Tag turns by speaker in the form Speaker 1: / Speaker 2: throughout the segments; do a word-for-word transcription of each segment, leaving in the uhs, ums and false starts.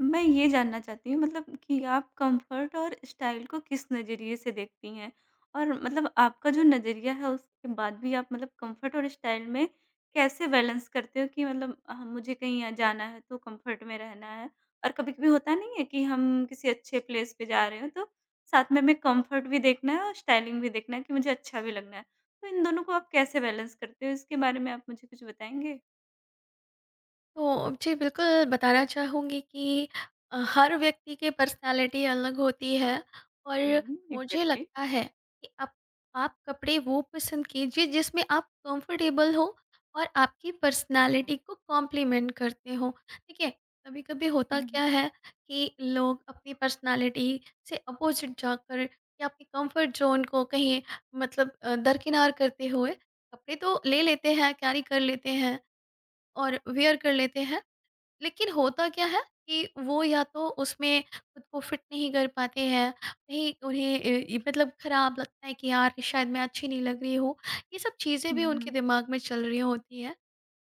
Speaker 1: मैं ये जानना चाहती हूँ मतलब कि आप कंफर्ट और स्टाइल को किस नज़रिए से देखती हैं? और मतलब आपका जो नज़रिया है उसके बाद भी आप मतलब कंफर्ट और स्टाइल में कैसे बैलेंस करते हो कि मतलब अ, मुझे कहीं अ, जाना है तो कंफर्ट में रहना है और कभी-कभी होता नहीं है कि हम किसी अच्छे प्लेस पे जा रहे हो तो साथ में हमें कंफर्ट भी देखना है और स्टाइलिंग भी देखना है कि मुझे अच्छा भी लगना है। तो इन दोनों को आप कैसे बैलेंस करते हो? इसके बारे में आप मुझे कुछ बताएँगे?
Speaker 2: तो जी बिल्कुल बताना चाहूँगी कि अ, हर व्यक्ति की पर्सनालिटी अलग होती है
Speaker 1: हुँ,
Speaker 2: और
Speaker 1: हुँ,
Speaker 2: मुझे
Speaker 1: एग्ज़ैक्टली।
Speaker 2: लगता है कि आप आप कपड़े वो पसंद कीजिए जिसमें आप कंफर्टेबल हो और आपकी
Speaker 1: ये।
Speaker 2: पर्सनालिटी को कॉम्प्लीमेंट करते हो, ठीक है। कभी कभी होता
Speaker 1: हुँ,
Speaker 2: क्या है कि लोग अपनी पर्सनालिटी से अपोजिट जाकर या अपनी कंफर्ट जोन को कहीं मतलब अ, दरकिनार करते हुए कपड़े तो ले लेते हैं, कैरी कर लेते हैं और वेयर कर लेते हैं, लेकिन होता क्या है कि वो या तो उसमें खुद को फिट नहीं कर पाते हैं, कहीं उन्हें अ, ये मतलब खराब लगता है कि यार शायद मैं अच्छी नहीं लग रही हूँ। ये सब चीज़ें भी उनके
Speaker 1: हुँ।
Speaker 2: दिमाग में चल रही होती हैं।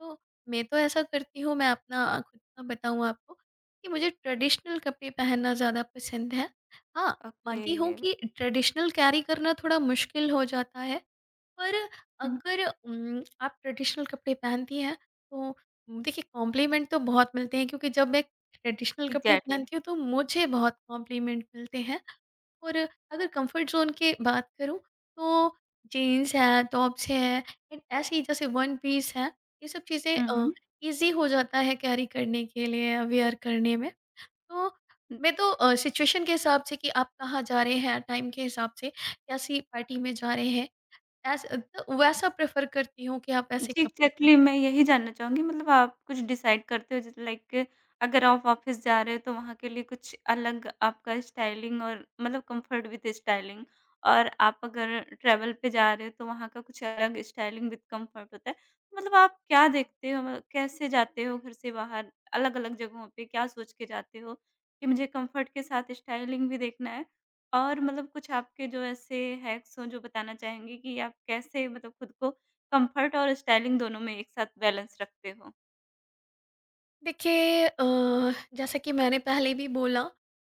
Speaker 2: तो मैं तो ऐसा करती हूँ, मैं अपना खुद का बताऊँ आपको कि मुझे ट्रेडिशनल कपड़े पहनना ज़्यादा पसंद है। हाँ,
Speaker 1: ओके।
Speaker 2: मानती हूँ कि ट्रेडिशनल कैरी करना थोड़ा मुश्किल हो जाता है, पर
Speaker 1: हुँ।
Speaker 2: अगर उम, आप ट्रेडिशनल कपड़े पहनती हैं तो उम, देखिए कॉम्प्लीमेंट तो बहुत मिलते हैं क्योंकि जब मैं ट्रेडिशनल कपड़े
Speaker 1: एग्ज़ैक्टली।
Speaker 2: पहनती हूँ तो मुझे बहुत कॉम्प्लीमेंट मिलते हैं। और अगर कंफर्ट ज़ोन की बात करूँ तो जीन्स है, टॉप्स है, एंड ऐसे ही जैसे वन पीस है, ये सब चीज़ें अ,
Speaker 1: हुँ।
Speaker 2: ईज़ी हो जाता है कैरी करने के लिए, वेयर करने में। तो मैं तो अ, सिचुएशन के हिसाब से कि आप कहाँ जा रहे हैं, टाइम के हिसाब से, कैसी पार्टी में जा रहे हैं, ऐसा तो वैसा प्रेफ़र करती हूँ कि आप ऐसे
Speaker 1: जी,
Speaker 2: कपड़े पहनें।
Speaker 1: एग्ज़ैक्टली। मैं यही जानना चाहूँगी मतलब आप कुछ डिसाइड करते हो जैसे लाइक, अगर आप ऑफ़िस जा रहे हो तो वहाँ के लिए कुछ अलग आपका स्टाइलिंग और मतलब कम्फ़र्ट विद स्टाइलिंग, और आप अगर ट्रैवल पे जा रहे हो तो वहाँ का कुछ अलग स्टाइलिंग विद कम्फ़र्ट होता है। तो मतलब आप क्या देखते हो, मतलब कैसे जाते हो घर से बाहर अलग-अलग जगहों पे, क्या सोच के जाते हो कि मुझे कम्फ़र्ट के साथ स्टाइलिंग भी देखना है? और मतलब कुछ आपके जो ऐसे हैक्स हों जो बताना चाहेंगे कि आप कैसे मतलब खुद को कम्फर्ट और स्टाइलिंग दोनों में एक साथ बैलेंस रखते हो।
Speaker 2: देखिए अ, जैसा कि मैंने पहले भी बोला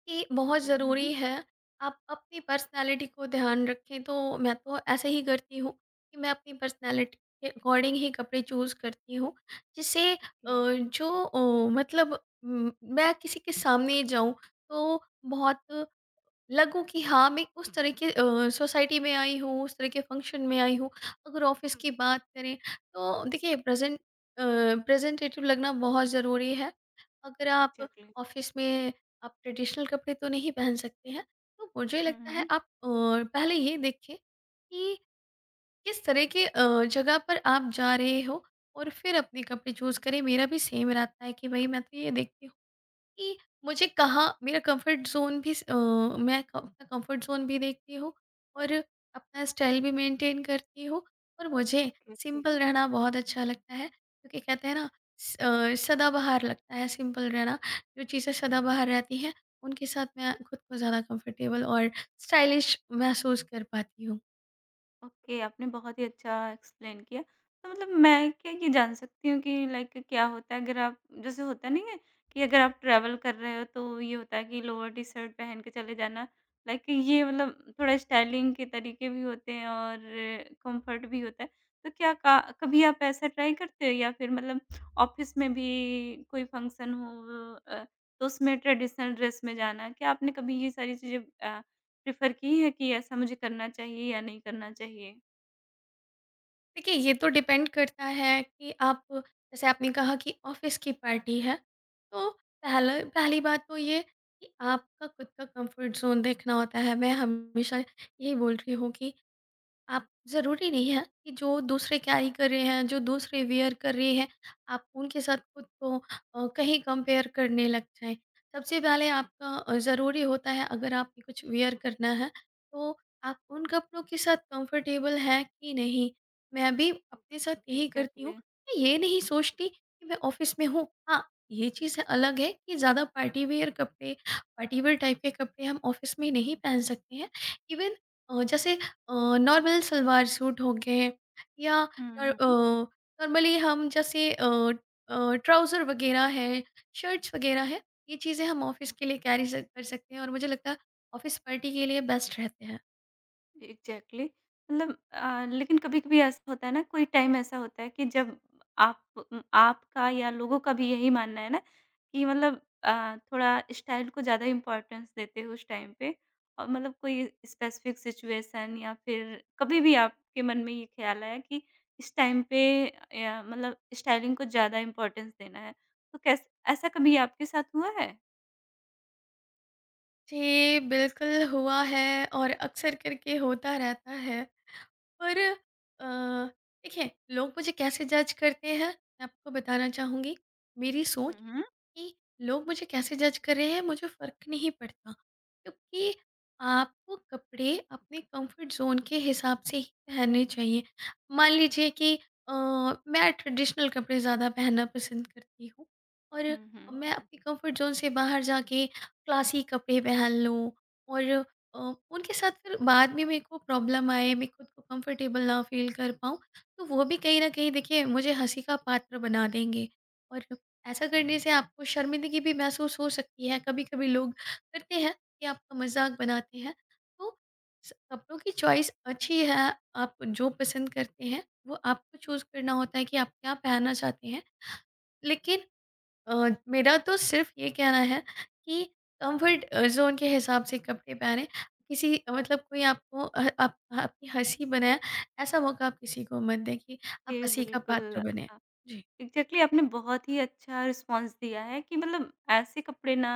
Speaker 2: कि बहुत
Speaker 1: हुँ,
Speaker 2: ज़रूरी
Speaker 1: हुँ।
Speaker 2: है आप अपनी पर्सनैलिटी को ध्यान रखें, तो मैं तो ऐसे ही करती हूँ कि मैं अपनी पर्सनैलिटी के अकॉर्डिंग ही कपड़े चूज़ करती हूँ। जिससे अ,
Speaker 1: ओके।
Speaker 2: जो अ, मतलब उम, मैं किसी के सामने जाऊँ तो बहुत लगूँ कि हाँ, मैं उस तरह के अ, सोसाइटी में आई हूँ, उस तरह के फंक्शन में आई हूँ। अगर ऑफ़िस की बात करें तो देखिए प्रेज़ेंट अ, प्रेज़ेंटेटिव लगना बहुत ज़रूरी है। अगर आप
Speaker 1: एग्ज़ैक्टली।
Speaker 2: ऑफ़िस में आप ट्रेडिशनल कपड़े तो नहीं पहन सकते हैं, तो मुझे
Speaker 1: हुँ,
Speaker 2: लगता है
Speaker 1: हुँ।
Speaker 2: आप अ, पहले ये देखें कि किस तरह के अ, जगह पर आप जा रहे हो और फिर अपने कपड़े चूज़ करें। मेरा भी सेम रहता है कि भई मैं तो ये देखती हूँ कि मुझे कहाँ मेरा कंफर्ट ज़ोन भी स- अ, मैं क- अपना कंफर्ट ज़ोन भी देखती हूँ और अपना स्टाइल भी मेंटेन करती हूँ और मुझे
Speaker 1: ओके, ओके।
Speaker 2: सिंपल रहना बहुत अच्छा लगता है क्योंकि कहते हैं ना, स- अ, सदाबहार लगता है सिंपल रहना। जो चीज़ें सदाबहार रहती हैं उनके साथ मैं खुद को ज़्यादा कंफर्टेबल और स्टाइलिश महसूस कर पाती हूँ।
Speaker 1: ओके, आपने बहुत ही अच्छा एक्सप्लेन किया। तो मतलब मैं क्या ये जान सकती हूँ कि लाइक क्या होता है अगर आप, जैसे होता नहीं है कि अगर आप ट्रैवल कर रहे हो तो ये होता है कि लोअर टी-शर्ट पहन के चले जाना। लाइक ये मतलब थोड़ा स्टाइलिंग के तरीके भी होते हैं और कंफर्ट भी होता है। तो क्या का कभी आप ऐसा ट्राई करते हो या फिर मतलब ऑफ़िस में भी कोई फंक्शन हो, अ, तो उसमें ट्रेडिशनल ड्रेस में जाना, क्या आपने कभी ये सारी चीज़ें अ प्रेफ़र की है कि ऐसा मुझे करना चाहिए या नहीं करना चाहिए।
Speaker 2: देखिए ये तो डिपेंड करता है कि आप, जैसे आपने कहा कि ऑफिस की पार्टी है, तो पहला पहली बात तो ये कि आपका खुद का कंफर्ट जोन देखना होता है। मैं हमेशा यही बोल रही हूँ कि आप ज़रूरी नहीं है कि जो दूसरे कैरी कर रहे हैं, जो दूसरे वियर कर रहे हैं, आप उनके साथ खुद को अ, कहीं कंपेयर करने लग जाएँ। सबसे पहले आपका अ, ज़रूरी होता है अगर आपने कुछ वियर करना है, तो आप उन कपड़ों के साथ कंफर्टेबल हैं कि नहीं। मैं भी अपने साथ यही करती हूँ,
Speaker 1: एग्ज़ैक्टली।
Speaker 2: मैं ये नहीं सोचती कि मैं ऑफ़िस में हूँ। हाँ, ये चीज़ अलग है कि ज़्यादा पार्टी वियर कपड़े, पार्टी वियर टाइप के कपड़े हम ऑफ़िस में नहीं पहन सकते हैं। इवन अ, जैसे नॉर्मल सलवार सूट हो गए, या
Speaker 1: हुँ, हुँ।
Speaker 2: नॉर्मली हम जैसे ट्राउज़र वगैरह है, शर्ट्स वगैरह है, ये चीज़ें हम ऑफिस के लिए कैरी कर सकते हैं और मुझे लगता है ऑफिस पार्टी के लिए बेस्ट रहते हैं।
Speaker 1: एग्ज़ैक्टली। मतलब अ, लेकिन कभी-कभी ऐसा होता है ना, कोई टाइम ऐसा होता है कि जब आप उम, आपका या लोगों का भी यही मानना है ना कि मतलब अ, थोड़ा स्टाइल को ज़्यादा इम्पोर्टेंस देते हो उस टाइम पे, और मतलब कोई स्पेसिफ़िक सिचुएशन या फिर कभी भी आपके मन में ये ख़्याल आया कि इस टाइम पे या मतलब स्टाइलिंग को ज़्यादा इम्पोर्टेंस देना है। तो कैस ऐसा कभी आपके साथ हुआ है?
Speaker 2: जी बिल्कुल हुआ है और अक्सर करके होता रहता है, पर अ, देखिए लोग मुझे कैसे जज करते हैं मैं आपको बताना चाहूँगी मेरी
Speaker 1: हुँ,
Speaker 2: सोच,
Speaker 1: हुँ।
Speaker 2: कि लोग मुझे कैसे जज कर रहे हैं मुझे फ़र्क नहीं पड़ता क्योंकि आपको कपड़े अपने कंफर्ट जोन के हिसाब से ही पहनने चाहिए। मान लीजिए कि अ, मैं ट्रेडिशनल कपड़े ज़्यादा पहनना पसंद करती हूँ और
Speaker 1: हुँ, हुँ।
Speaker 2: मैं अपने कंफर्ट जोन से बाहर जाके क्लासी कपड़े पहन लूँ और अ, उनके साथ फिर बाद में मेरे को प्रॉब्लम आए, मैं खुद को कंफर्टेबल ना फील कर पाऊँ, तो वो भी कहीं ना कहीं देखिए मुझे हंसी का पात्र बना देंगे और ऐसा करने से आपको शर्मिंदगी भी महसूस हो सकती है। कभी-कभी लोग करते हैं कि आपका मज़ाक बनाते हैं। तो स कपड़ों की चॉइस अच्छी है, आप जो पसंद करते हैं, वो आपको चूज़ करना होता है कि आप क्या पहनना चाहते हैं। लेकिन अ, मेरा तो सिर्फ़ ये कहना है कि कम्फ़र्ट अ, ज़ोन के हिसाब से कपड़े पहनें। किसी मतलब कोई आपको अह आप आपकी हँसी बनाए, ऐसा मौका आप किसी को मत दें कि आप
Speaker 1: जी,
Speaker 2: हँसी का
Speaker 1: बिल्कुल।
Speaker 2: पात्र बनें।
Speaker 1: अ, एग्ज़ैक्टली, आपने बहुत ही अच्छा रिस्पॉन्स दिया है कि मतलब ऐसे कपड़े ना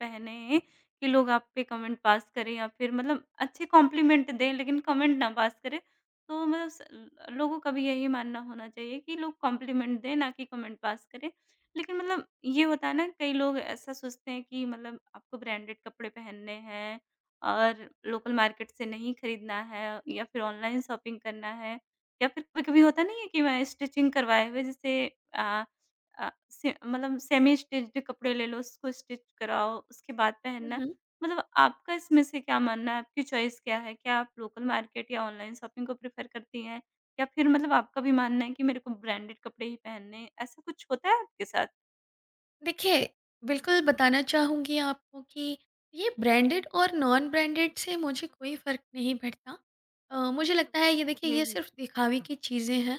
Speaker 1: पहने कि लोग आप पे कमेंट पास करें या फिर मतलब अच्छे कॉम्प्लीमेंट दें लेकिन कमेंट ना पास करें। तो मतलब स ल लोगों का भी यही मानना होना चाहिए कि लोग कॉम्प्लीमेंट दें ना कि कमेंट पास करें। लेकिन मतलब ये होता है ना, कई लोग ऐसा सोचते हैं कि मतलब आपको ब्रांडेड कपड़े पहनने हैं और लोकल मार्केट से नहीं खरीदना है या फिर ऑनलाइन शॉपिंग करना है, या फिर कभी-कभी होता नहीं है कि मैं स्टिचिंग करवाए हुए जैसे अ अ, से मतलब सेमी स्टिच्ड कपड़े ले लो, उसको स्टिच कराओ, उसके बाद पहनना।
Speaker 2: जी।
Speaker 1: मतलब आपका इसमें से क्या मानना है? आपकी चॉइस क्या है? क्या आप लोकल मार्केट या ऑनलाइन शॉपिंग को प्रेफ़र करती हैं? या फिर मतलब आपका भी मानना है कि मेरे को ब्रांडेड कपड़े ही पहनने हैं? ऐसा कुछ होता है आपके साथ?
Speaker 2: देखिए, बिल्कुल बताना चाहूँगी आपको कि ये ब्रांडेड और नॉन ब्रांडेड से मुझे कोई फ़र्क नहीं पड़ता। अ, मुझे लगता है ये देखिए
Speaker 1: हुँ,
Speaker 2: ये
Speaker 1: हुँ।
Speaker 2: सिर्फ़ दिखावे की चीज़ें हैं।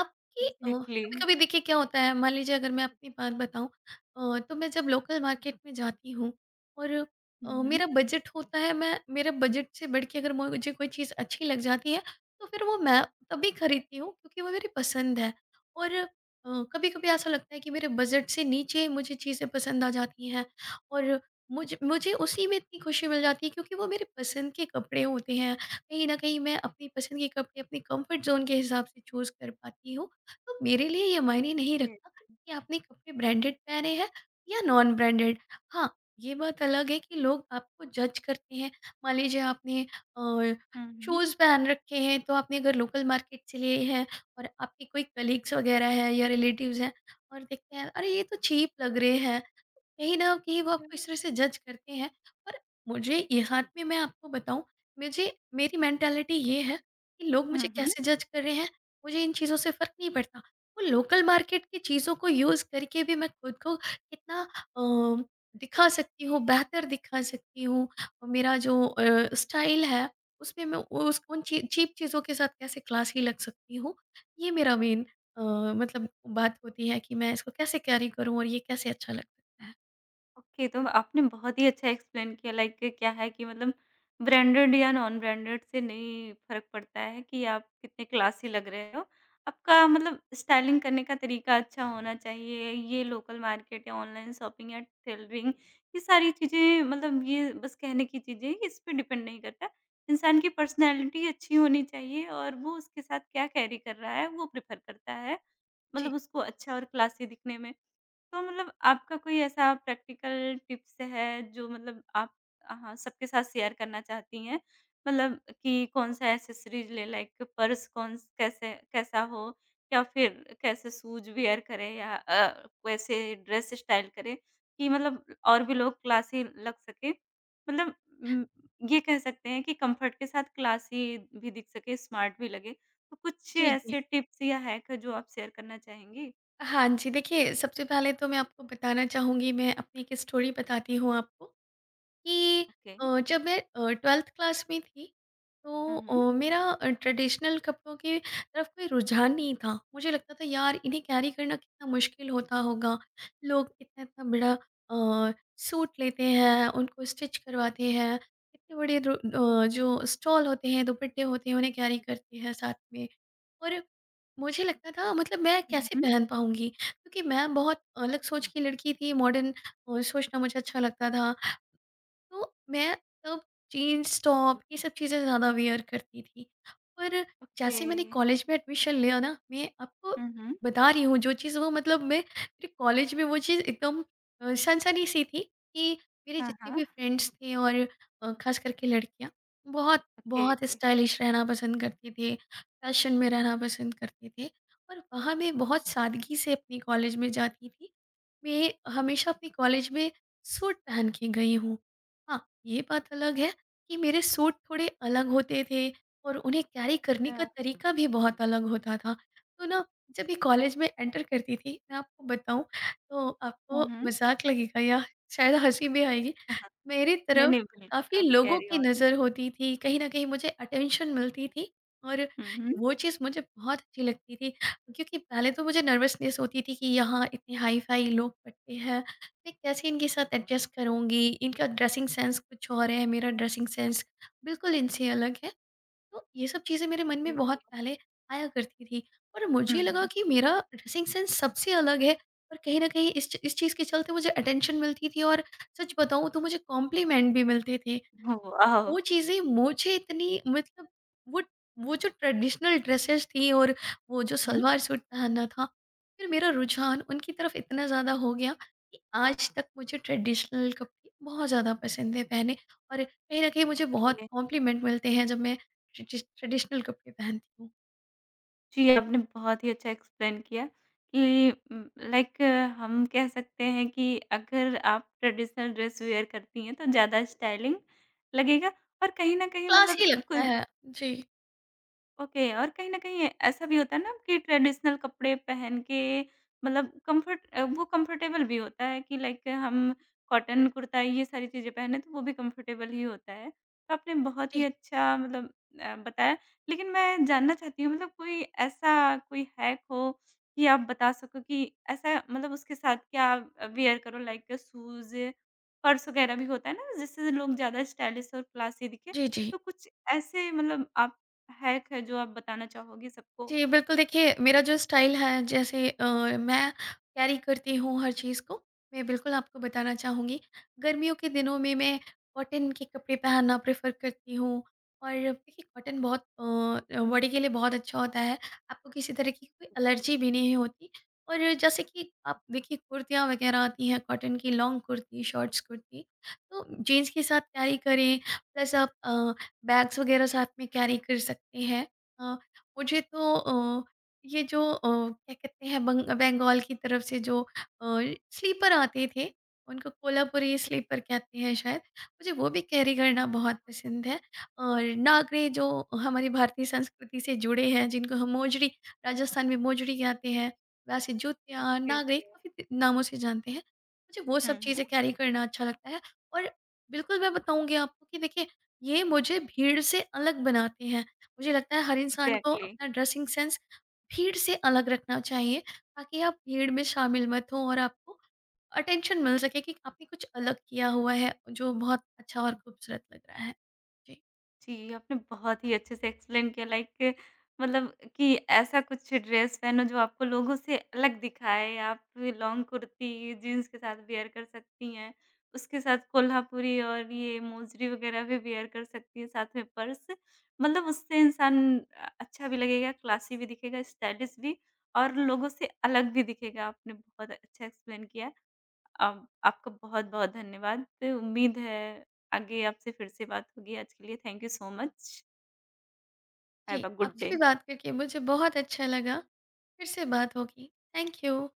Speaker 2: आपकी अ,
Speaker 1: एग्ज़ैक्टली।
Speaker 2: कभी-कभी देखिए क्या होता है, मान लीजिए अगर मैं अपनी बात बताऊँ, अ, तो मैं जब लोकल मार्केट में जाती हूँ और
Speaker 1: हुँ,
Speaker 2: अ, मेरा
Speaker 1: हुँ।
Speaker 2: बजट होता है, मैं मेरा बजट से बढ़ के अगर मुझे कोई चीज़ अच्छी लग जाती है तो फिर वो मैं तभी खरीदती हूँ क्योंकि वो मेरी पसंद है और अ, कभी-कभी ऐसा लगता है कि मेरे बजट से नीचे मुझे चीज़ें पसंद आ जाती हैं और मुझे मुझे उसी में इतनी खुशी मिल जाती है क्योंकि वो मेरे पसंद के कपड़े होते हैं, कहीं न कहीं मैं अपनी पसंद के कपड़े अपने कंफर्ट ज़ोन के हिसाब से चूज़ कर पाती हूँ। तो मेरे लिए ये मायने नहीं
Speaker 1: हुँ।
Speaker 2: रखता कि आपने कपड़े ब्रांडेड पहने हैं या नॉन ब्रांडेड। हाँ, ये बात अलग है कि लोग आपको जज करते हैं। मान लीजिए आपने अ,
Speaker 1: हुँ, हुँ।
Speaker 2: शूज़ पहन रखे हैं, तो आपने अगर लोकल मार्केट से लिए हैं और आपके कोई कलीग्स वगैरह हैं या रिलेटिव्स हैं और देखते हैं, "अरे! ये तो चीप लग रहे हैं।" कहीं न कहीं वो आपको इस तरह से जज करते हैं। पर मुझे यहाँ पे मैं आपको बताऊँ, मुझे मेरी मेंटालिटी ये है कि लोग मुझे
Speaker 1: हुँ, हुँ।
Speaker 2: कैसे जज कर रहे हैं, मुझे इन चीज़ों से फ़र्क नहीं पड़ता। वो लोकल मार्केट की चीज़ों को यूज़ करके भी मैं खुद को कितना अ, दिखा सकती हूँ, बेहतर दिखा सकती हूँ और मेरा जो अ, स्टाइल है, उसमें मैं उस उन ची चीप चीज़ों के साथ कैसे क्लासी लग सकती हूँ। ये मेरा मेन अ, मतलब बात होती है कि मैं इसको कैसे कैरी करूँ और ये कैसे अच्छा लग सकता है।
Speaker 1: ओके, तो आपने बहुत ही अच्छा एक्सप्लेन किया। लाइक क्या है कि मतलब ब्रांडेड या नॉन ब्रांडेड से नहीं फ़र्क पड़ता है कि आप कितने क्लासी लग रहे हो। आपका मतलब स्टाइलिंग करने का तरीका अच्छा होना चाहिए। ये लोकल मार्केट या ऑनलाइन शॉपिंग या टेलरिंग, ये सारी चीज़ें मतलब ये बस कहने की चीज़ें हैं, इस पे डिपेंड नहीं करता। इंसान की पर्सनैलिटी अच्छी होनी चाहिए और वो उसके साथ क्या कैरी कर रहा है, वो प्रेफ़र करता है।
Speaker 2: जी,
Speaker 1: मतलब उसको अच्छा और क्लासी दिखने में। तो मतलब आपका कोई ऐसा प्रैक्टिकल टिप्स है जो मतलब आप, हाँ, सबके साथ शेयर करना चाहती हैं? मतलब कि कौन-सा एक्सेसरीज़ ले, लाइक पर्स कौन स कैसे कैसा हो, या फिर कैसे शूज़ वियर करें या अ, वैसे ड्रेस स्टाइल करें कि मतलब और भी लोग क्लासी लग सके? मतलब उम, ये कह सकते हैं कि कम्फर्ट के साथ क्लासी भी दिख सके, स्मार्ट भी लगे। तो कुछ
Speaker 2: जी,
Speaker 1: ऐसे
Speaker 2: जी।
Speaker 1: टिप्स या हैक जो आप शेयर करना चाहेंगी?
Speaker 2: हाँ जी, देखिए सबसे पहले तो मैं आपको बताना चाहूँगी, मैं अपनी एक स्टोरी बताती हूँ आपको कि
Speaker 1: ओके।
Speaker 2: अ, जब मैं ट्वेल्थ क्लास में थी, तो
Speaker 1: हुँ,
Speaker 2: अ, मेरा ट्रेडिशनल कपड़ों की तरफ कोई रुझान नहीं था, मुझे लगता था यार इन्हें कैरी करना कितना मुश्किल होता होगा। लोग इतना इतना बड़ा अ, सूट लेते हैं, उनको स्टिच करवाते हैं, इतने बड़े रु- अ, जो स्टॉल होते हैं, दुपट्टे होते हैं, उन्हें कैरी करते हैं साथ में और मुझे लगता था मतलब मैं कैसे
Speaker 1: हुँ।
Speaker 2: पहन पाऊंगी क्योंकि मैं बहुत अलग सोच की लड़की थी, मॉडर्न सोचना मुझे अच्छा लगता था। तो मैं तब जीन्स टॉप ये सब चीज़ें ज़्यादा वेयर करती थी। पर
Speaker 1: ओके।
Speaker 2: जैसे मैंने कॉलेज में एडमिशन लिया ना, मैं आपको
Speaker 1: हुँ, हुँ।
Speaker 2: बता रही हूँ, जो चीज़ वो मतलब मैं, मेरे कॉलेज में वो चीज़ एकदम अ, सनसनी सी थी कि मेरे
Speaker 1: हाँ,
Speaker 2: जितने
Speaker 1: हाँ।
Speaker 2: भी फ्रेंड्स थे और अ, ख़ास करके लड़कियाँ, बहुत,
Speaker 1: ओके,
Speaker 2: बहुत
Speaker 1: ओके।
Speaker 2: स्टाइलिश रहना पसंद करती थी, फ़ैशन में रहना पसंद करती थी। और वहाँ मैं बहुत सादगी से अपने कॉलेज में जाती थी, मैं हमेशा अपने कॉलेज में सूट पहन के गई हूँ। हाँ, ये बात अलग है कि मेरे सूट थोड़े अलग होते थे और उन्हें कैरी करने का
Speaker 1: अ,
Speaker 2: तरीका भी बहुत अलग होता था। तो ना, जब मैं कॉलेज में एंटर करती थी, मैं आपको बताऊँ तो
Speaker 1: हुँ,
Speaker 2: आपको
Speaker 1: हुँ। हाँ,
Speaker 2: मज़ाक लगेगा या शायद हँसी भी आएगी,
Speaker 1: हम्म हाँ।
Speaker 2: मेरी तरफ
Speaker 1: नहीं-नहीं, बिल्कुल
Speaker 2: काफ़ी
Speaker 1: आप
Speaker 2: लोगों
Speaker 1: कैरी
Speaker 2: की
Speaker 1: ऑन।
Speaker 2: नज़र होती थी, कहीं न कहीं मुझे अटेंशन मिलती थी और
Speaker 1: हुँ, हुँ।
Speaker 2: वो चीज़ मुझे बहुत अच्छी लगती थी। क्योंकि पहले तो मुझे नर्वसनेस होती थी कि यहाँ इतने हाई-फ़ाई लोग पढ़ते हैं, मैं कैसे इनके साथ एडजस्ट करूँगी? इनका ड्रेसिंग सेंस कुछ और है, मेरा ड्रेसिंग सेंस बिल्कुल इनसे अलग है। तो ये सब चीज़ें मेरे मन में
Speaker 1: ओके,
Speaker 2: बहुत
Speaker 1: ओके।
Speaker 2: पहले आया करती थी और
Speaker 1: हुँ,
Speaker 2: मुझे लगा
Speaker 1: हुँ।
Speaker 2: कि मेरा ड्रेसिंग सेंस सबसे अलग है और कहीं न कहीं इस च इस चीज़ के चलते मुझे अटेंशन मिलती थी और सच बताऊँ तो मुझे कॉम्प्लीमेंट भी मिलते थे।
Speaker 1: Oh wow!
Speaker 2: वो चीज़ें मुझे इतनी मतलब वो वो जो ट्रेडिशनल ड्रेसेस थी और वो जो
Speaker 1: हुँ।
Speaker 2: सलवार सूट पहनना था, फिर मेरा रुझान उनकी तरफ इतना ज़्यादा हो गया कि आज तक मुझे ट्रेडिशनल कपड़े बहुत ज़्यादा पसंद है पहने और कहीं न कहीं मुझे बहुत
Speaker 1: ओके।
Speaker 2: कॉम्प्लीमेंट मिलते हैं जब मैं ट्रेडिश ट्रेडिशनल कपड़े पहनती हूँ।
Speaker 1: जी, आपने बहुत ही अच्छा एक्सप्लेन किया कि उम, लाइक, हम कह सकते हैं कि अगर आप ट्रेडिशनल ड्रेस वियर करती हैं तो ज़्यादा स्टाइलिंग लगेगा, और कहीं न कहीं
Speaker 2: क्लासी
Speaker 1: मतलब
Speaker 2: लगता
Speaker 1: कुछ
Speaker 2: है। जी,
Speaker 1: ओके, और कहीं न कहीं ऐसा भी होता है ना कि ट्रेडिशनल कपड़े पहन के मतलब कम्फर्ट अ, वो कम्फर्टेबल भी होता है कि लाइक हम कॉटन कुर्ता ये सारी चीज़ें पहने तो वो भी कम्फर्टेबल ही होता है। तो आपने बहुत
Speaker 2: जी।
Speaker 1: ही अच्छा मतलब अ, बताया। लेकिन मैं जानना चाहती हूँ मतलब कोई ऐसा कोई हैक हो कि आप बता सको कि ऐसा मतलब उसके साथ क्या वियर करो, लाइक शूज़, पर्स वगैरह भी होता है ना जिससे लोग ज़्यादा स्टाइलिश और क्लासी दिखें।
Speaker 2: जी, जी।
Speaker 1: तो कुछ ऐसे मतलब आप हैक है जो आप बताना चाहोगी सबको?
Speaker 2: जी, बिल्कुल देखिए मेरा जो स्टाइल है, जैसे अ, मैं कैरी करती हूँ हर चीज़ को, मैं बिल्कुल आपको बताना चाहूँगी। गर्मियों के दिनों में मैं कॉटन के कपड़े पहनना प्रेफ़र करती हूँ और देखिए कॉटन बहुत अ, बॉडी के लिए बहुत अच्छा होता है। आपको किसी तरह की कोई एलर्जी भी नहीं होती और जैसे कि आप देखिए कुर्तियाँ वग़ैरह आती हैं कॉटन की, लॉन्ग कुर्ती, शॉर्ट्स कुर्ती, तो जीन्स के साथ कैरी करें प्लस आप अ, बैग्स वग़ैरह साथ में कैरी कर सकते हैं। अ, मुझे तो अ, ये जो अ, क्या कहते हैं, बंग बंगाल की तरफ से जो अ, स्लीपर आते थे, उनको कोल्हापुरी स्लीपर कहते हैं शायद, मुझे वो भी कैरी
Speaker 1: हाँ,
Speaker 2: करना
Speaker 1: हाँ,
Speaker 2: बहुत
Speaker 1: हाँ।
Speaker 2: पसंद है और नागरे जो हमारी भारतीय संस्कृति से जुड़े हैं, जिनको हम मोजड़ी, राजस्थान में मोजड़ी कहते हैं, वैसे जूतिया
Speaker 1: ओके,
Speaker 2: नागरे
Speaker 1: ओके।
Speaker 2: काफ़ी नामों से जानते हैं, मुझे वो
Speaker 1: हुँ,
Speaker 2: सब चीज़ें
Speaker 1: हुँ।
Speaker 2: कैरी करना अच्छा लगता है और बिल्कुल मैं बताऊंगी आपको कि देखिए ये मुझे भीड़ से अलग बनाते हैं। मुझे लगता है हर इंसान को
Speaker 1: एग्ज़ैक्टली।
Speaker 2: अपना ड्रेसिंग सेंस भीड़ से अलग रखना चाहिए ताकि आप भीड़ में शामिल मत हो और आपको अटेंशन मिल सके कि आपने कुछ अलग किया हुआ है जो बहुत अच्छा और खूबसूरत लग रहा है। जी,
Speaker 1: जी, आपने बहुत ही अच्छे से एक्सप्लेन किया। लाइक मतलब कि ऐसा कुछ ड्रेस पहनो जो आपको लोगों से अलग दिखाए, आप लॉन्ग कुर्ती, जीन्स के साथ वियर कर सकती हैं, उसके साथ कोल्हापुरी और ये मोजरी वगैरह भी वियर कर सकती हैं, साथ में पर्स। मतलब उससे इंसान अ, अच्छा भी लगेगा, क्लासी भी दिखेगा, स्टाइलिश भी, और लोगों से अलग भी दिखेगा। आपने बहुत अच्छा एक्सप्लेन किया। अब आपका बहुत-बहुत धन्यवाद। उम्मीद है आगे आपसे फिर से बात होगी। आज के लिए thank you so much. Have
Speaker 2: जी,
Speaker 1: अ गुड
Speaker 2: आपसे
Speaker 1: डे।
Speaker 2: भी बात करके मुझे बहुत अच्छा लगा। फिर से बात होगी। Thank you.